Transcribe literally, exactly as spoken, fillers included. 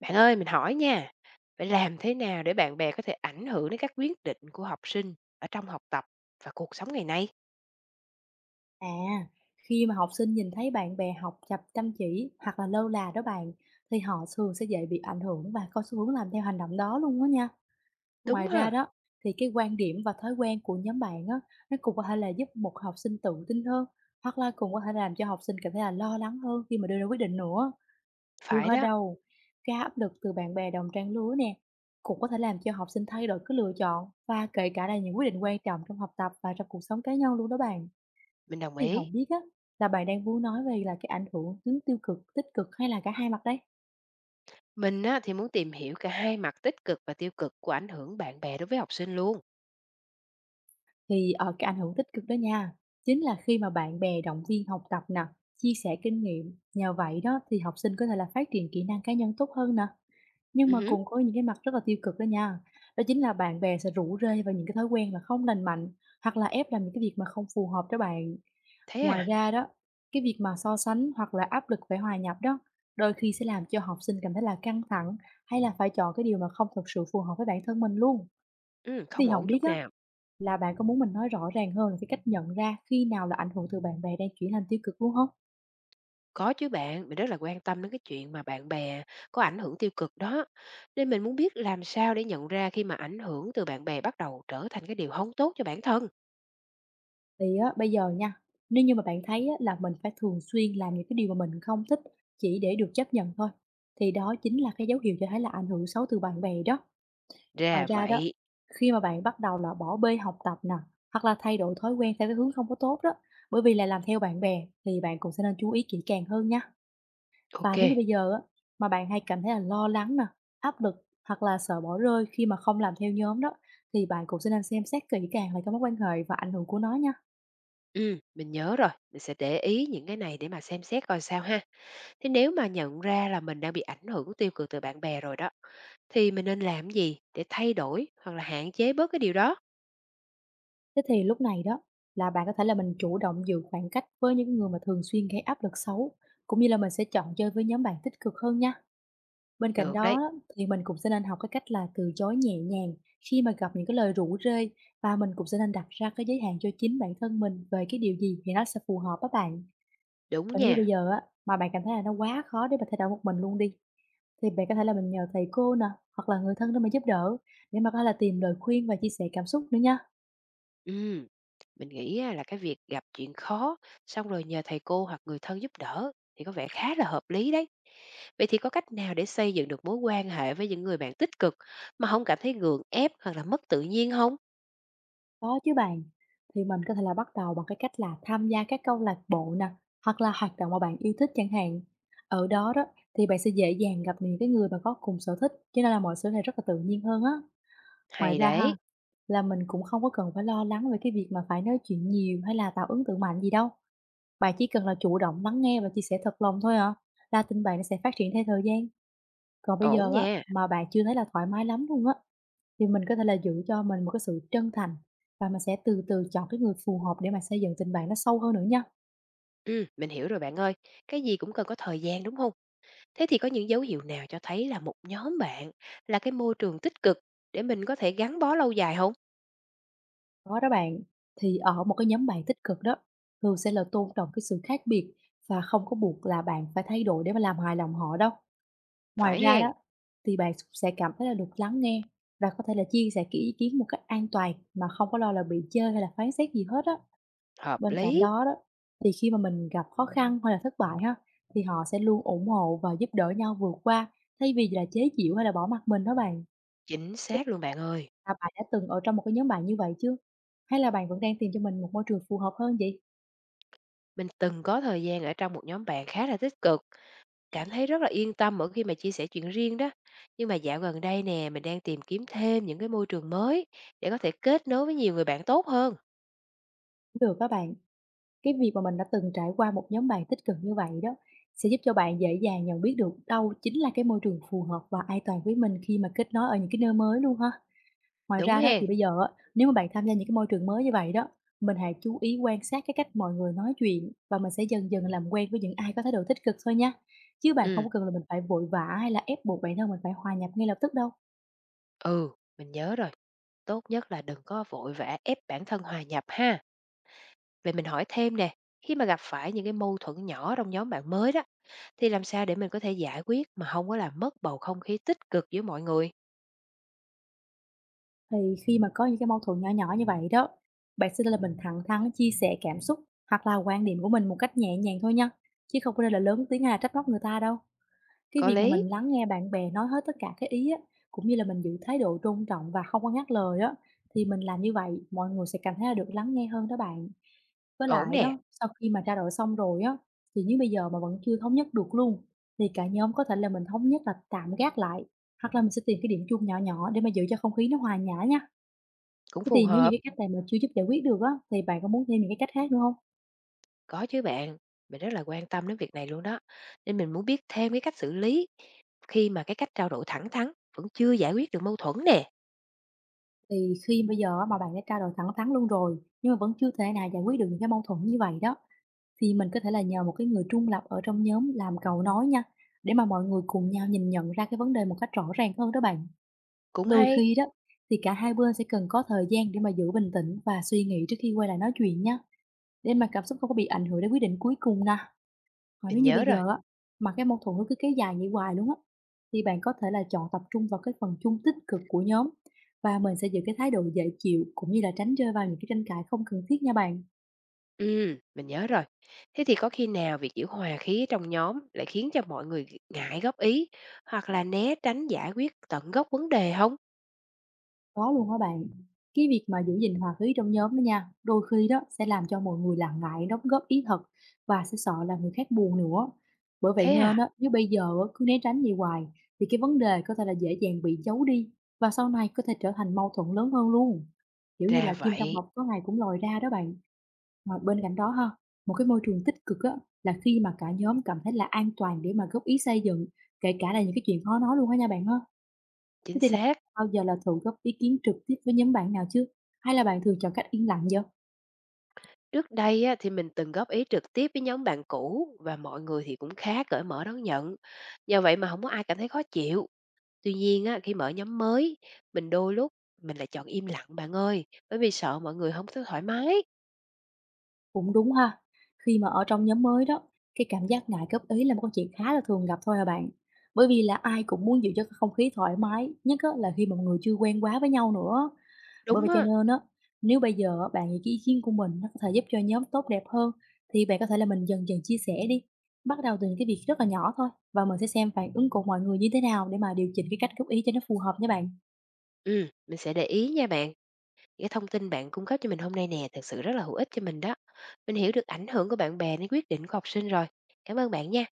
Bạn ơi, mình hỏi nha, phải làm thế nào để bạn bè có thể ảnh hưởng đến các quyết định của học sinh ở trong học tập và cuộc sống ngày nay? À, khi mà học sinh nhìn thấy bạn bè học tập chăm chỉ hoặc là lơ là đó bạn thì họ thường sẽ dễ bị ảnh hưởng và có xu hướng làm theo hành động đó luôn đó nha. Đúng Ngoài ra ha? đó thì cái quan điểm và thói quen của nhóm bạn á nó cũng có thể là giúp một học sinh tự tin hơn hoặc là cũng có thể làm cho học sinh cảm thấy là lo lắng hơn khi mà đưa ra quyết định nữa. Chưa Phải hết đó, đâu, cái áp lực từ bạn bè đồng trang lứa nè cũng có thể làm cho học sinh thay đổi cái lựa chọn và kể cả là những quyết định quan trọng trong học tập và trong cuộc sống cá nhân luôn đó bạn. mình đồng Thì ý. hổng biết á, là bạn đang muốn nói về là cái ảnh hưởng hướng tiêu cực, tích cực hay là cả hai mặt đây? Mình á, thì muốn tìm hiểu cả hai mặt tích cực và tiêu cực của ảnh hưởng bạn bè đối với học sinh luôn. Thì, ờ, cái ảnh hưởng tích cực đó nha, chính là khi mà bạn bè động viên học tập nè, chia sẻ kinh nghiệm, nhờ vậy đó thì học sinh có thể là phát triển kỹ năng cá nhân tốt hơn nè. Nhưng Ừ, mà hứ, cũng có những cái mặt rất là tiêu cực đó nha, đó chính là bạn bè sẽ rủ rê vào những cái thói quen là không lành mạnh hoặc là ép làm những cái việc mà không phù hợp cho bạn. thế Ngoài à? ra đó, cái việc mà so sánh hoặc là áp lực phải hòa nhập đó, đôi khi sẽ làm cho học sinh cảm thấy là căng thẳng hay là phải chọn cái điều mà không thực sự phù hợp với bản thân mình luôn. Ừ, Thì không ổn không biết chút á, nào. là bạn có muốn mình nói rõ ràng hơn là cái cách nhận ra khi nào là ảnh hưởng từ bạn bè đang chuyển thành tiêu cực luôn không? Có chứ bạn, mình rất là quan tâm đến cái chuyện mà bạn bè có ảnh hưởng tiêu cực đó. Nên mình muốn biết làm sao để nhận ra khi mà ảnh hưởng từ bạn bè bắt đầu trở thành cái điều không tốt cho bản thân. Thì á, bây giờ nha, nếu như mà bạn thấy á, là mình phải thường xuyên làm những cái điều mà mình không thích chỉ để được chấp nhận thôi, thì đó chính là cái dấu hiệu cho thấy là ảnh hưởng xấu từ bạn bè đó. Ngoài Ra ra đó, vậy. khi mà bạn bắt đầu là bỏ bê học tập nè, hoặc là thay đổi thói quen theo cái hướng không có tốt đó, bởi vì là làm theo bạn bè thì bạn cũng sẽ nên chú ý kỹ càng hơn nha. Và Ok. nếu như bây giờ á, mà bạn hay cảm thấy là lo lắng nè, áp lực hoặc là sợ bỏ rơi khi mà không làm theo nhóm đó, thì bạn cũng sẽ nên xem xét kỹ càng lại cái mối quan hệ và ảnh hưởng của nó nha. Ừm, mình nhớ rồi, mình sẽ để ý những cái này để mà xem xét coi sao ha. Thế nếu mà nhận ra là mình đang bị ảnh hưởng tiêu cực từ bạn bè rồi đó, thì mình nên làm gì để thay đổi hoặc là hạn chế bớt cái điều đó? Thế thì lúc này đó là bạn có thể là mình chủ động giữ khoảng cách với những người mà thường xuyên gây áp lực xấu, cũng như là mình sẽ chọn chơi với nhóm bạn tích cực hơn nha. Bên cạnh Được đó đấy, á, thì mình cũng sẽ nên học cái cách là từ chối nhẹ nhàng khi mà gặp những cái lời rủ rê, và mình cũng sẽ nên đặt ra cái giới hạn cho chính bản thân mình về cái điều gì thì nó sẽ phù hợp với bạn. đúng Còn nếu như bây nha. giờ á, mà bạn cảm thấy là nó quá khó để mà thay đổi một mình luôn đi, thì bạn có thể là mình nhờ thầy cô nè, hoặc là người thân để mà giúp đỡ, để mà có thể là tìm lời khuyên và chia sẻ cảm xúc nữa nha. Ừm, mình nghĩ á, là cái việc gặp chuyện khó, xong rồi nhờ thầy cô hoặc người thân giúp đỡ thì có vẻ khá là hợp lý đấy. Vậy thì có cách nào để xây dựng được mối quan hệ với những người bạn tích cực mà không cảm thấy gượng ép hoặc là mất tự nhiên không? Có chứ bạn. Thì mình có thể là bắt đầu bằng cái cách là tham gia các câu lạc bộ nè, hoặc là hoạt động mà bạn yêu thích chẳng hạn. Ở đó đó thì bạn sẽ dễ dàng gặp những cái người mà có cùng sở thích, cho nên là mọi thứ này rất là tự nhiên hơn á. Ngoài Hay ra ha, đấy, là mình cũng không có cần phải lo lắng về cái việc mà phải nói chuyện nhiều hay là tạo ấn tượng mạnh gì đâu. Bạn chỉ cần là chủ động lắng nghe và chia sẻ thật lòng thôi à, là tình bạn nó sẽ phát triển theo thời gian. Còn bây ổn giờ á, nha. mà bạn chưa thấy là thoải mái lắm luôn á, thì mình có thể là giữ cho mình một cái sự chân thành và mình sẽ từ từ chọn cái người phù hợp để mà xây dựng tình bạn nó sâu hơn nữa nha. Ừ, mình hiểu rồi bạn ơi. Cái gì cũng cần có thời gian, đúng không? Thế thì có những dấu hiệu nào cho thấy là một nhóm bạn là cái môi trường tích cực để mình có thể gắn bó lâu dài không? Đó đó bạn, thì ở một cái nhóm bạn tích cực đó, thường sẽ là tôn trọng cái sự khác biệt và không có buộc là bạn phải thay đổi để mà làm hài lòng họ đâu. Ngoài Phải ra hén? đó, thì bạn sẽ cảm thấy là được lắng nghe và có thể là chia sẻ kỹ ý kiến một cách an toàn mà không có lo là bị chê hay là phán xét gì hết á. Hợp Bên cạnh lý, đó đó, thì khi mà mình gặp khó khăn hay là thất bại ha, thì họ sẽ luôn ủng hộ và giúp đỡ nhau vượt qua thay vì là chế giễu hay là bỏ mặt mình đó bạn. chính xác luôn bạn ơi. À, bạn đã từng ở trong một cái nhóm bạn như vậy chưa? Hay là bạn vẫn đang tìm cho mình một môi trường phù hợp hơn vậy? Mình từng có thời gian ở trong một nhóm bạn khá là tích cực, cảm thấy rất là yên tâm mỗi khi mà chia sẻ chuyện riêng đó. Nhưng mà dạo gần đây nè, mình đang tìm kiếm thêm những cái môi trường mới để có thể kết nối với nhiều người bạn tốt hơn, Cũng được các bạn. Cái việc mà mình đã từng trải qua một nhóm bạn tích cực như vậy đó, sẽ giúp cho bạn dễ dàng nhận biết được đâu chính là cái môi trường phù hợp và an toàn với mình khi mà kết nối ở những cái nơi mới luôn ha. Ngoài đúng ra đó hén? thì bây giờ á, nếu mà bạn tham gia những cái môi trường mới như vậy đó, mình hãy chú ý quan sát cái cách mọi người nói chuyện và mình sẽ dần dần làm quen với những ai có thái độ tích cực thôi nha. Chứ bạn không Ừm, có cần là mình phải vội vã hay là ép buộc bản thân mình phải hòa nhập ngay lập tức đâu. ừ, mình nhớ rồi. Tốt nhất là đừng có vội vã ép bản thân hòa nhập ha. Vậy mình hỏi thêm nè, khi mà gặp phải những cái mâu thuẫn nhỏ trong nhóm bạn mới đó, thì làm sao để mình có thể giải quyết mà không có làm mất bầu không khí tích cực giữa mọi người? Thì khi mà có những cái mâu thuẫn nhỏ nhỏ như vậy đó, bạn sẽ nên là mình thẳng thắn chia sẻ cảm xúc hoặc là quan điểm của mình một cách nhẹ nhàng thôi nha, chứ không có nên là lớn tiếng hay là trách móc người ta đâu. Cái Có việc mà lý, mình lắng nghe bạn bè nói hết tất cả cái ý á, cũng như là mình giữ thái độ tôn trọng và không có ngắt lời á, thì mình làm như vậy mọi người sẽ cảm thấy là được lắng nghe hơn đó bạn. Với ổn lại nè, đó, sau khi mà trao đổi xong rồi á, thì nếu bây giờ mà vẫn chưa thống nhất được luôn, thì cả nhóm có thể là mình thống nhất là tạm gác lại, hoặc là mình sẽ tìm cái điểm chung nhỏ nhỏ để mà giữ cho không khí nó hòa nhã nha. cũng Thế phù thì nếu những hợp, cái cách này mà chưa giúp giải quyết được á, thì bạn có muốn thêm những cái cách khác nữa không? có chứ bạn. Mình rất là quan tâm đến việc này luôn đó. Nên mình muốn biết thêm cái cách xử lý khi mà cái cách trao đổi thẳng thắn vẫn chưa giải quyết được mâu thuẫn nè. Thì khi bây giờ á mà bạn đã trao đổi thẳng thắn luôn rồi, nhưng mà vẫn chưa thể nào giải quyết được những cái mâu thuẫn như vậy đó, thì mình có thể là nhờ một cái người trung lập ở trong nhóm làm cầu nối nha, để mà mọi người cùng nhau nhìn nhận ra cái vấn đề một cách rõ ràng hơn đó bạn. Cũng Đôi hay, khi đó, thì cả hai bên sẽ cần có thời gian để mà giữ bình tĩnh và suy nghĩ trước khi quay lại nói chuyện nha, để mà cảm xúc không có bị ảnh hưởng đến quyết định cuối cùng nè. Còn nếu mình như bây nhớ rồi. giờ á, mà cái mâu thuẫn nó cứ kéo dài vậy hoài luôn á, thì bạn có thể là chọn tập trung vào cái phần chung tích cực của nhóm và mình sẽ giữ cái thái độ dễ chịu cũng như là tránh rơi vào những cái tranh cãi không cần thiết nha bạn. Ừm, mình nhớ rồi. Thế thì có khi nào việc giữ hòa khí trong nhóm lại khiến cho mọi người ngại góp ý hoặc là né tránh giải quyết tận gốc vấn đề không? Có luôn á bạn. Cái việc mà giữ gìn hòa khí trong nhóm đó nha, đôi khi đó sẽ làm cho mọi người là ngại đóng góp ý thật và sẽ sợ là người khác buồn nữa. Bởi vậy Thế à? nên á, nếu bây giờ á, cứ né tránh gì hoài thì cái vấn đề có thể là dễ dàng bị giấu đi và sau này có thể trở thành mâu thuẫn lớn hơn luôn. Kiểu như Ra là kim trong vậy, bọc có ngày cũng lòi ra đó bạn. Mà bên cạnh đó ha, một cái môi trường tích cực á là khi mà cả nhóm cảm thấy là an toàn để mà góp ý xây dựng, kể cả là những cái chuyện khó nói luôn á nha bạn ha. Thế chính thì là xác. bao giờ là thử góp ý kiến trực tiếp với nhóm bạn nào chứ? Hay là bạn thường chọn cách yên lặng vậy? Trước đây á, thì mình từng góp ý trực tiếp với nhóm bạn cũ và mọi người thì cũng khá cởi mở đón nhận. Nhờ vậy mà không có ai cảm thấy khó chịu. Tuy nhiên á, khi mở nhóm mới, mình đôi lúc mình lại chọn im lặng bạn ơi, bởi vì sợ mọi người không thấy thoải mái. Cũng đúng ha. Khi mà ở trong nhóm mới đó, cái cảm giác ngại góp ý là một câu chuyện khá là thường gặp thôi à bạn. Bởi vì là ai cũng muốn giữ cho cái không khí thoải mái, nhất á, là khi mà mọi người chưa quen quá với nhau nữa. Bởi Đúng vậy cho á. nên á, nếu bây giờ á, bạn nghĩ cái ý kiến của mình nó có thể giúp cho nhóm tốt đẹp hơn, thì bạn có thể là mình dần dần chia sẻ đi. Bắt đầu từ những cái việc rất là nhỏ thôi và mình sẽ xem phản ứng của mọi người như thế nào để mà điều chỉnh cái cách góp ý cho nó phù hợp nha bạn. Ừm, mình sẽ để ý nha bạn. Cái thông tin bạn cung cấp cho mình hôm nay nè, thực sự rất là hữu ích cho mình đó. Mình hiểu được ảnh hưởng của bạn bè đến quyết định của học sinh rồi. Cảm ơn bạn nha.